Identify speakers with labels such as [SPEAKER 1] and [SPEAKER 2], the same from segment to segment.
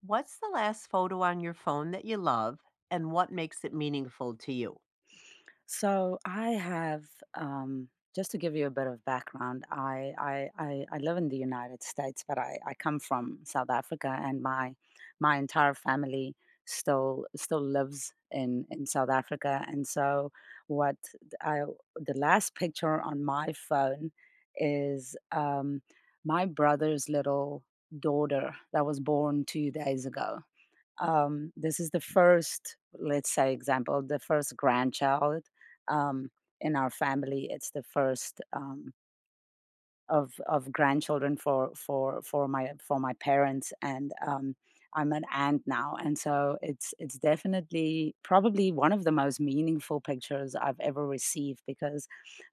[SPEAKER 1] What's the last photo on your phone that you love and what makes it meaningful to you?
[SPEAKER 2] So I have, um, just to give you a bit of background, I live in the United States, but I come from South Africa, and my entire family still lives in South Africa. And so, what th- I the last picture on my phone is my brother's little daughter that was born 2 days ago. This is the first, let's say, example, the first grandchild um, in our family. It's the first of grandchildren for my parents. And I'm an aunt now, and so it's definitely probably one of the most meaningful pictures I've ever received, because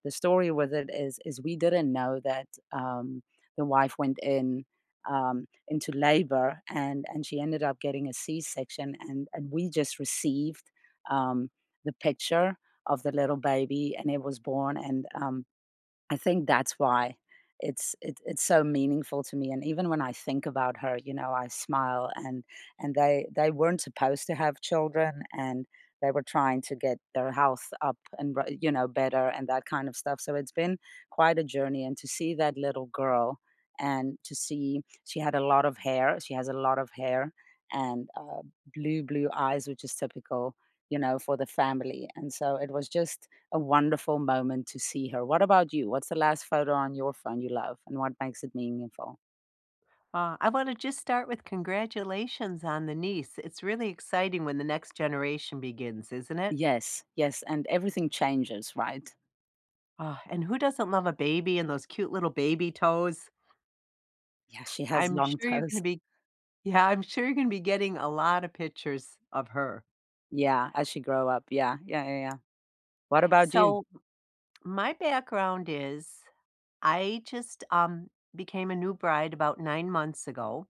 [SPEAKER 2] the story with it is we didn't know that the wife went in into labor, and she ended up getting a C-section, and we just received um the picture of the little baby, and it was born. And I think that's why it's so meaningful to me. And even when I think about her, you know, I smile. And they weren't supposed to have children, and they were trying to get their health up and you know, better and that kind of stuff. So it's been quite a journey. And to see that little girl, and to see, she had a lot of hair. She has a lot of hair, and blue eyes, which is typical, you know, for the family. And so it was just a wonderful moment to see her. What about you? What's the last photo on your phone you love, and what makes it meaningful?
[SPEAKER 1] I want to just start with congratulations on the niece. It's really exciting when the next generation begins, isn't it?
[SPEAKER 2] Yes, yes, and everything changes, right?
[SPEAKER 1] And who doesn't love a baby and those cute little baby toes?
[SPEAKER 2] Yeah, she has
[SPEAKER 1] I'm
[SPEAKER 2] long
[SPEAKER 1] sure you're going
[SPEAKER 2] toes.
[SPEAKER 1] to be, yeah, I'm sure you're going to be getting a lot of pictures of her.
[SPEAKER 2] Yeah, as she grow up. Yeah, yeah, yeah, yeah. What about you?
[SPEAKER 1] So, my background is I just became a new bride about 9 months ago.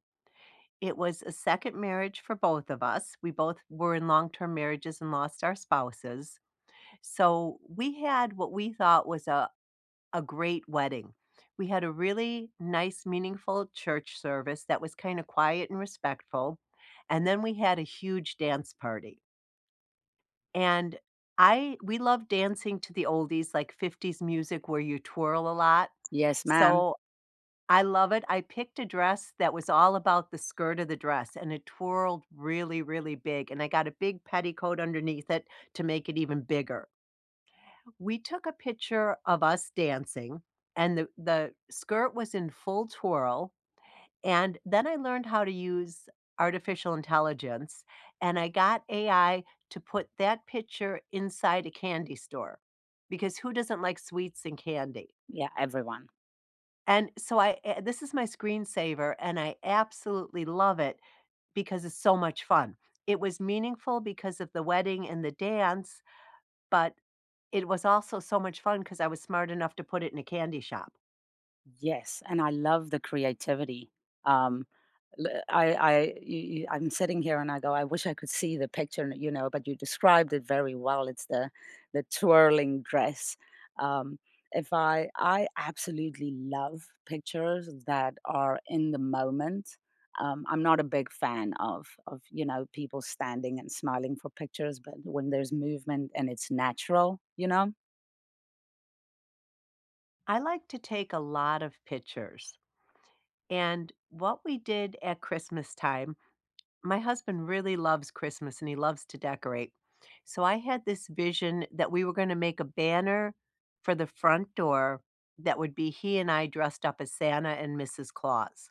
[SPEAKER 1] It was a second marriage for both of us. We both were in long-term marriages and lost our spouses. So we had what we thought was a great wedding. We had a really nice, meaningful church service that was kinda quiet and respectful, and then we had a huge dance party. And I We love dancing to the oldies, like 50s music where you twirl a lot.
[SPEAKER 2] Yes, ma'am.
[SPEAKER 1] So I love it. I picked a dress that was all about the skirt of the dress, and it twirled really, really big, and I got a big petticoat underneath it to make it even bigger. We took a picture of us dancing, and the skirt was in full twirl, and then I learned how to use artificial intelligence, and I got AI to put that picture inside a candy store, because who doesn't like sweets and candy?
[SPEAKER 2] Yeah, everyone.
[SPEAKER 1] And so this is my screensaver, and I absolutely love it because it's so much fun. It was meaningful because of the wedding and the dance, but it was also so much fun because I was smart enough to put it in a candy shop.
[SPEAKER 2] Yes, and I love the creativity. Um, l- I, I, I'm sitting here and I go, I wish I could see the picture, you know, but you described it very well. It's the twirling dress. Um, if I, I absolutely love pictures that are in the moment. I'm not a big fan of, you know, people standing and smiling for pictures, but when there's movement and it's natural, you know,
[SPEAKER 1] I like to take a lot of pictures. And what we did at Christmas time, my husband really loves Christmas and he loves to decorate. So I had this vision that we were going to make a banner for the front door that would be he and I dressed up as Santa and Mrs. Claus.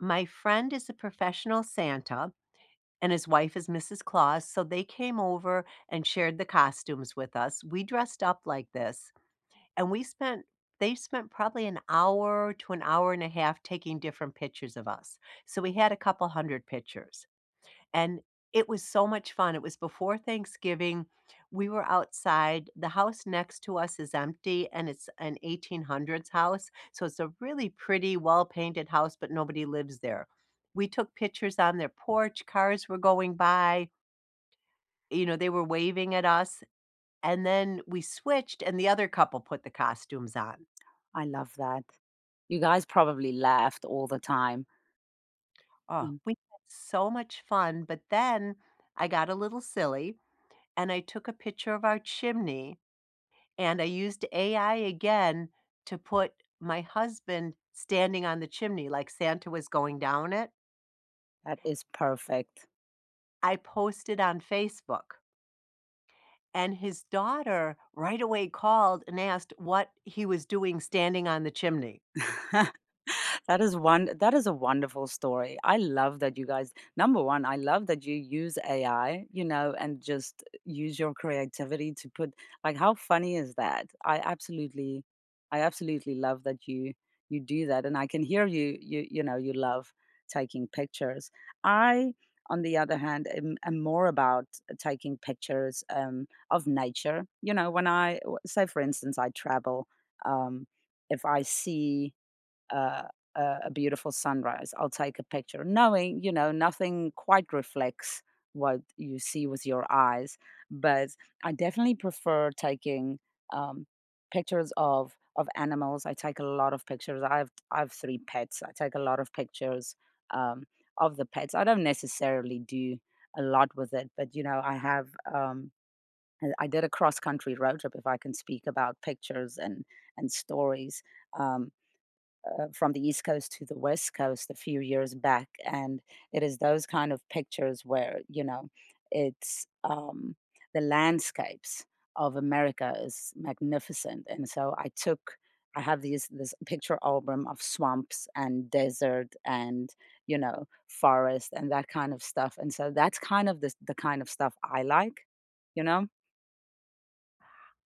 [SPEAKER 1] My friend is a professional Santa and his wife is Mrs. Claus. So they came over and shared the costumes with us. We dressed up like this and we spent they spent probably an hour to an hour and a half taking different pictures of us. So we had a couple 100 pictures, and it was so much fun. It was before Thanksgiving. We were outside. The house next to us is empty, and it's an 1800s house, so it's a really pretty, well-painted house, but nobody lives there. We took pictures on their porch, cars were going by, you know, they were waving at us, and then we switched, and the other couple put the costumes on.
[SPEAKER 2] I love that. You guys probably laughed all the time.
[SPEAKER 1] Oh,
[SPEAKER 2] Ừm.
[SPEAKER 1] we had so much fun, but then I got a little silly and I took a picture of our chimney and I used AI again to put my husband standing on the chimney like Santa was going down it.
[SPEAKER 2] That is perfect.
[SPEAKER 1] I posted on Facebook and his daughter right away called and asked what he was doing standing on the chimney.
[SPEAKER 2] That is one, that is a wonderful story. I love that you guys, number one, I love that you use AI, you know, and just use your creativity to put, like, how funny is that? I absolutely, I absolutely love that you do that, and I can hear you know, you love taking pictures. I, on the other hand, am more about taking pictures of nature. You know, when say, for instance, I travel, um, if I see uh, a beautiful sunrise, I'll take a picture, knowing, you know, nothing quite reflects what you see with your eyes. But I definitely prefer taking um, pictures of animals. I take a lot of pictures. I've three pets. I take a lot of pictures um, of the pets. I don't necessarily do a lot with it, but you know, I have. I did a cross country road trip. If I can speak about pictures and stories, um, from the East Coast to the West Coast a few years back, and it is those kind of pictures where, you know, it's the landscapes of America is magnificent, and so I took. I have these this picture album of swamps and desert and, you know, forest and that kind of stuff, and so that's kind of the kind of stuff I like, you know.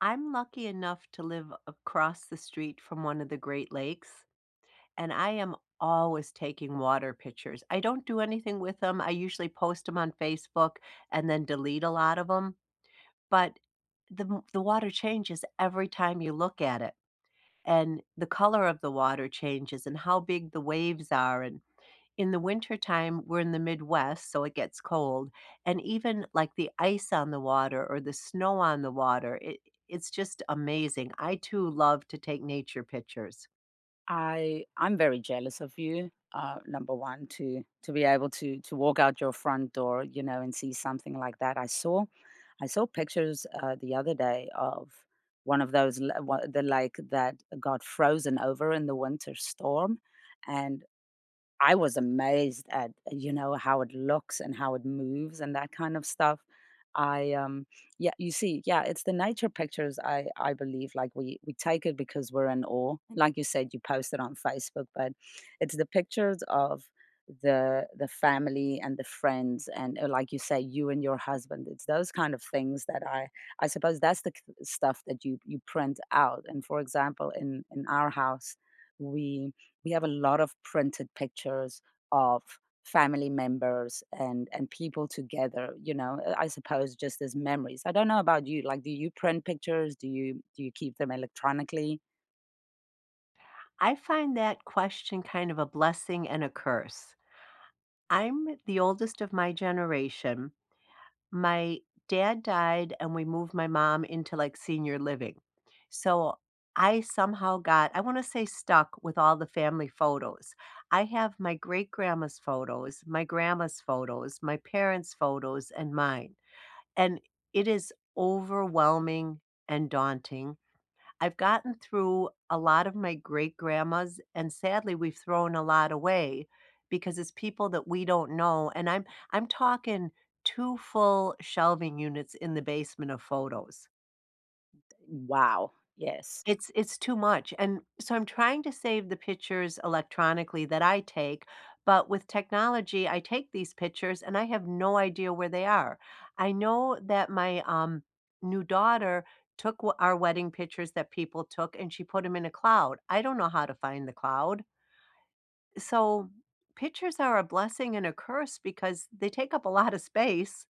[SPEAKER 1] I'm lucky enough to live across the street from one of the Great Lakes, and I am always taking water pictures. I don't do anything with them. I usually post them on Facebook and then delete a lot of them, but the water changes every time you look at it. And the color of the water changes and how big the waves are and in the wintertime, we're in the Midwest, so it gets cold. And even like the ice on the water or the snow on the water, it's just amazing. I too love to take nature pictures.
[SPEAKER 2] I'm very jealous of you. Number one, to be able to walk out your front door, you know, and see something like that. I saw pictures the other day of one of those the lake that got frozen over in the winter storm, and I was amazed at, you know, how it looks and how it moves and that kind of stuff. I yeah, you see, yeah, it's the nature pictures I believe, like, we take it because we're in awe. Like you said, you post it on Facebook, but it's the pictures of the family and the friends and, like you say, you and your husband, it's those kind of things that I suppose that's the stuff that you print out. And for example, in our house, we we have a lot of printed pictures of family members and people together, you know. I suppose, just as memories, I don't know about you, like, do you print pictures, do you, do you keep them electronically?
[SPEAKER 1] I find that question kind of a blessing and a curse. I'm the oldest of my generation. My dad died, and we moved my mom into like senior living. So I somehow got, I want to say, stuck with all the family photos. I have my great grandma's photos, my parents' photos, and mine. And it is overwhelming and daunting. I've gotten through a lot of my great grandmas, and sadly, we've thrown a lot away because it's people that we don't know. And I'm talking two full shelving units in the basement of photos.
[SPEAKER 2] Wow. Yes.
[SPEAKER 1] It's too much, and so I'm trying to save the pictures electronically that I take, but with technology, I take these pictures and I have no idea where they are. I know that my new daughter took w our wedding pictures that people took, and she put them in a cloud. I don't know how to find the cloud. So, pictures are a blessing and a curse because they take up a lot of space,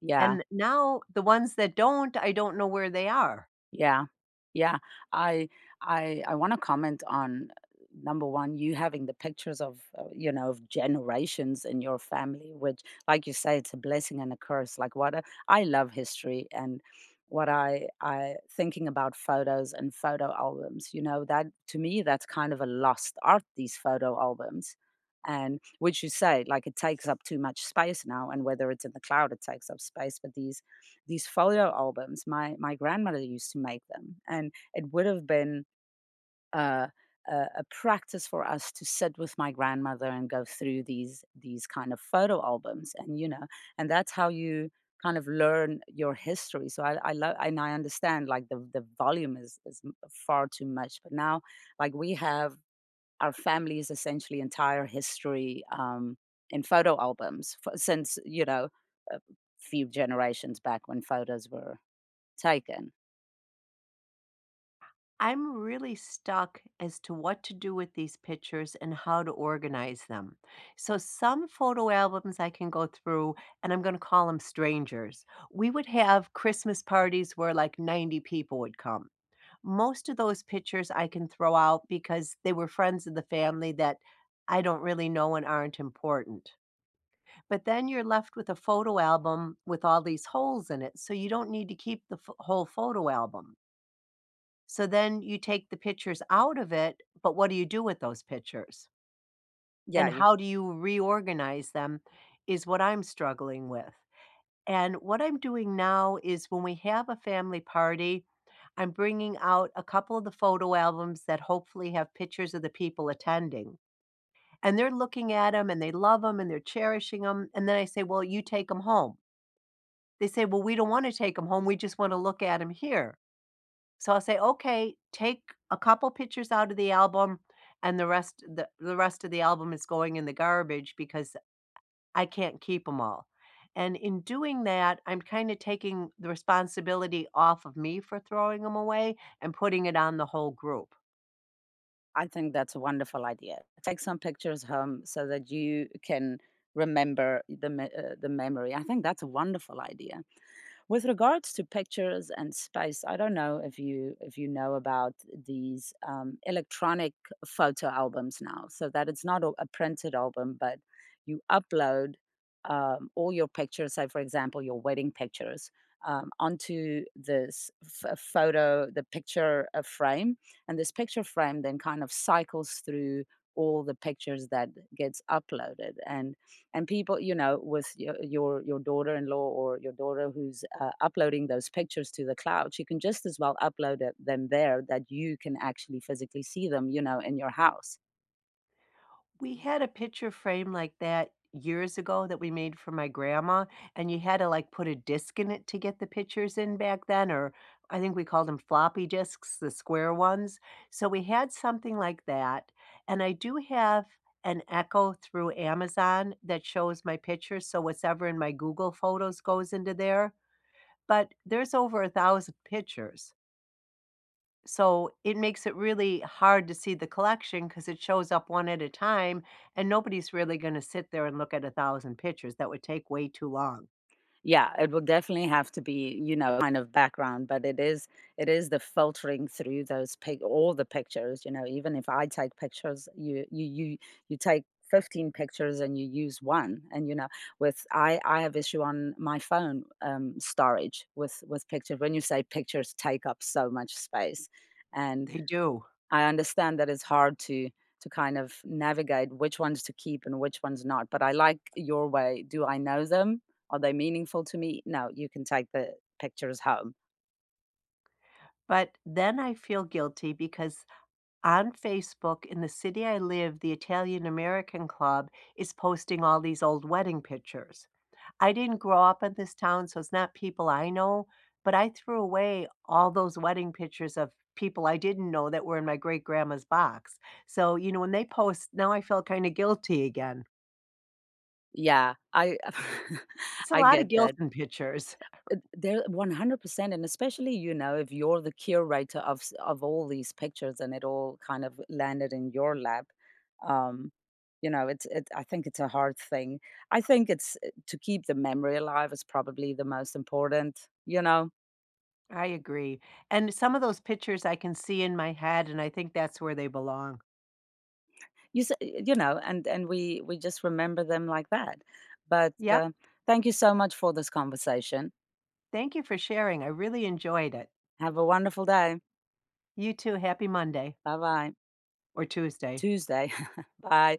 [SPEAKER 2] Yeah.
[SPEAKER 1] and now the ones that don't, I don't know where they are.
[SPEAKER 2] Yeah. Yeah. I I want to comment on, number one, you having the pictures of, you know, of generations in your family, which, like you say, it's a blessing and a curse. Like, what a, I love history. And what I thinking about photos and photo albums, you know, that to me, that's kind of a lost art, these photo albums. And which you say, like, it takes up too much space now, and whether it's in the cloud, it takes up space. But these photo albums, my grandmother used to make them, and it would have been uh, a, a practice for us to sit with my grandmother and go through these kind of photo albums, and, you know, and that's how you kind of learn your history. So I love, and I understand, like, the volume is far too much. But now, like, we have our family's essentially entire history in photo albums for, since, you know, a few generations back, when photos were taken.
[SPEAKER 1] I'm really stuck as to what to do with these pictures and how to organize them. So, some photo albums I can go through, and I'm going to call them strangers. We would have Christmas parties where like 90 people would come. Most of those pictures I can throw out because they were friends of the family that I don't really know and aren't important. But then you're left with a photo album with all these holes in it. So, you don't need to keep whole photo album. So then you take the pictures out of it, but what do you do with those pictures?
[SPEAKER 2] Yeah,
[SPEAKER 1] And
[SPEAKER 2] you,
[SPEAKER 1] how do you reorganize them is what I'm struggling with. And what I'm doing now is when we have a family party, I'm bringing out a couple of the photo albums that hopefully have pictures of the people attending. And they're looking at them and they love them and they're cherishing them. And then I say, "Well, you take them home." They say, "Well, we don't want to take them home. We just want to look at them here." So I'll say, "Okay, take a couple pictures out of the album, and the rest of the album is going in the garbage because I can't keep them all." And in doing that, I'm kinda taking the responsibility off of me for throwing them away and putting it on the whole group.
[SPEAKER 2] I think that's a wonderful idea. Take some pictures home so that you can remember the the memory. I think that's a wonderful idea. With regards to pictures and space, I don't know if you, if you know about these electronic photo albums now, so that it's not a printed album, but you upload all your pictures. Say, for example, your wedding pictures onto this the picture frame, and this picture frame then kind of cycles through all the pictures that gets uploaded, and people, you know, with your daughter-in-law, or your daughter, who's uploading those pictures to the cloud, she can just as well upload it, them there, that you can actually physically see them, you know, in your house.
[SPEAKER 1] We had a picture frame like that years ago that we made for my grandma, and you had to, like, put a disc in it to get the pictures in back then, or I think we called them floppy disks, the square ones. So we had something like that, and I do have an Echo through Amazon that shows my pictures, so what's ever in my Google Photos goes into there, but there's over 1,000 pictures. So it makes it really hard to see the collection because it shows up one at a time, and nobody's really going to sit there and look at 1,000 pictures. That would take way too long.
[SPEAKER 2] Yeah, it will definitely have to be, you know, kind of background. But it is, it is the filtering through those pic all the pictures, you know. Even if I take pictures, you take 15 pictures and you use one, and you know, with, I have issue on my phone, storage with pictures, when you say pictures take up so much space. And
[SPEAKER 1] They do.
[SPEAKER 2] I understand that it's hard to kind of navigate which ones to keep and which ones not, but I like your way. Do I know them? Are they meaningful to me? No, you can take the pictures home.
[SPEAKER 1] But then I feel guilty because on Facebook in the city I live, the Italian American Club is posting all these old wedding pictures. I didn't grow up in this town, so it's not people I know, but I threw away all those wedding pictures of people I didn't know that were in my great grandma's box. So, you know, when they post, now I feel kind of guilty again.
[SPEAKER 2] Yeah, I
[SPEAKER 1] It's a
[SPEAKER 2] I
[SPEAKER 1] lot of
[SPEAKER 2] get that.
[SPEAKER 1] guilt in pictures.
[SPEAKER 2] They're 100%, and especially, you know, if you're the curator of of all these pictures, and it all kind of landed in your lap. um, you know, it's it. I think it's a hard thing. I think it's, to keep the memory alive is probably the most important. You know,
[SPEAKER 1] I agree, and some of those pictures I can see in my head, and I think that's where they belong.
[SPEAKER 2] you know, and we just remember them like that. But,
[SPEAKER 1] Yep,
[SPEAKER 2] thank you so much for this conversation.
[SPEAKER 1] thank you for sharing, I really enjoyed it.
[SPEAKER 2] Have a wonderful day.
[SPEAKER 1] You too, happy Monday
[SPEAKER 2] Bye bye.
[SPEAKER 1] or Tuesday.
[SPEAKER 2] Tuesday. Bye.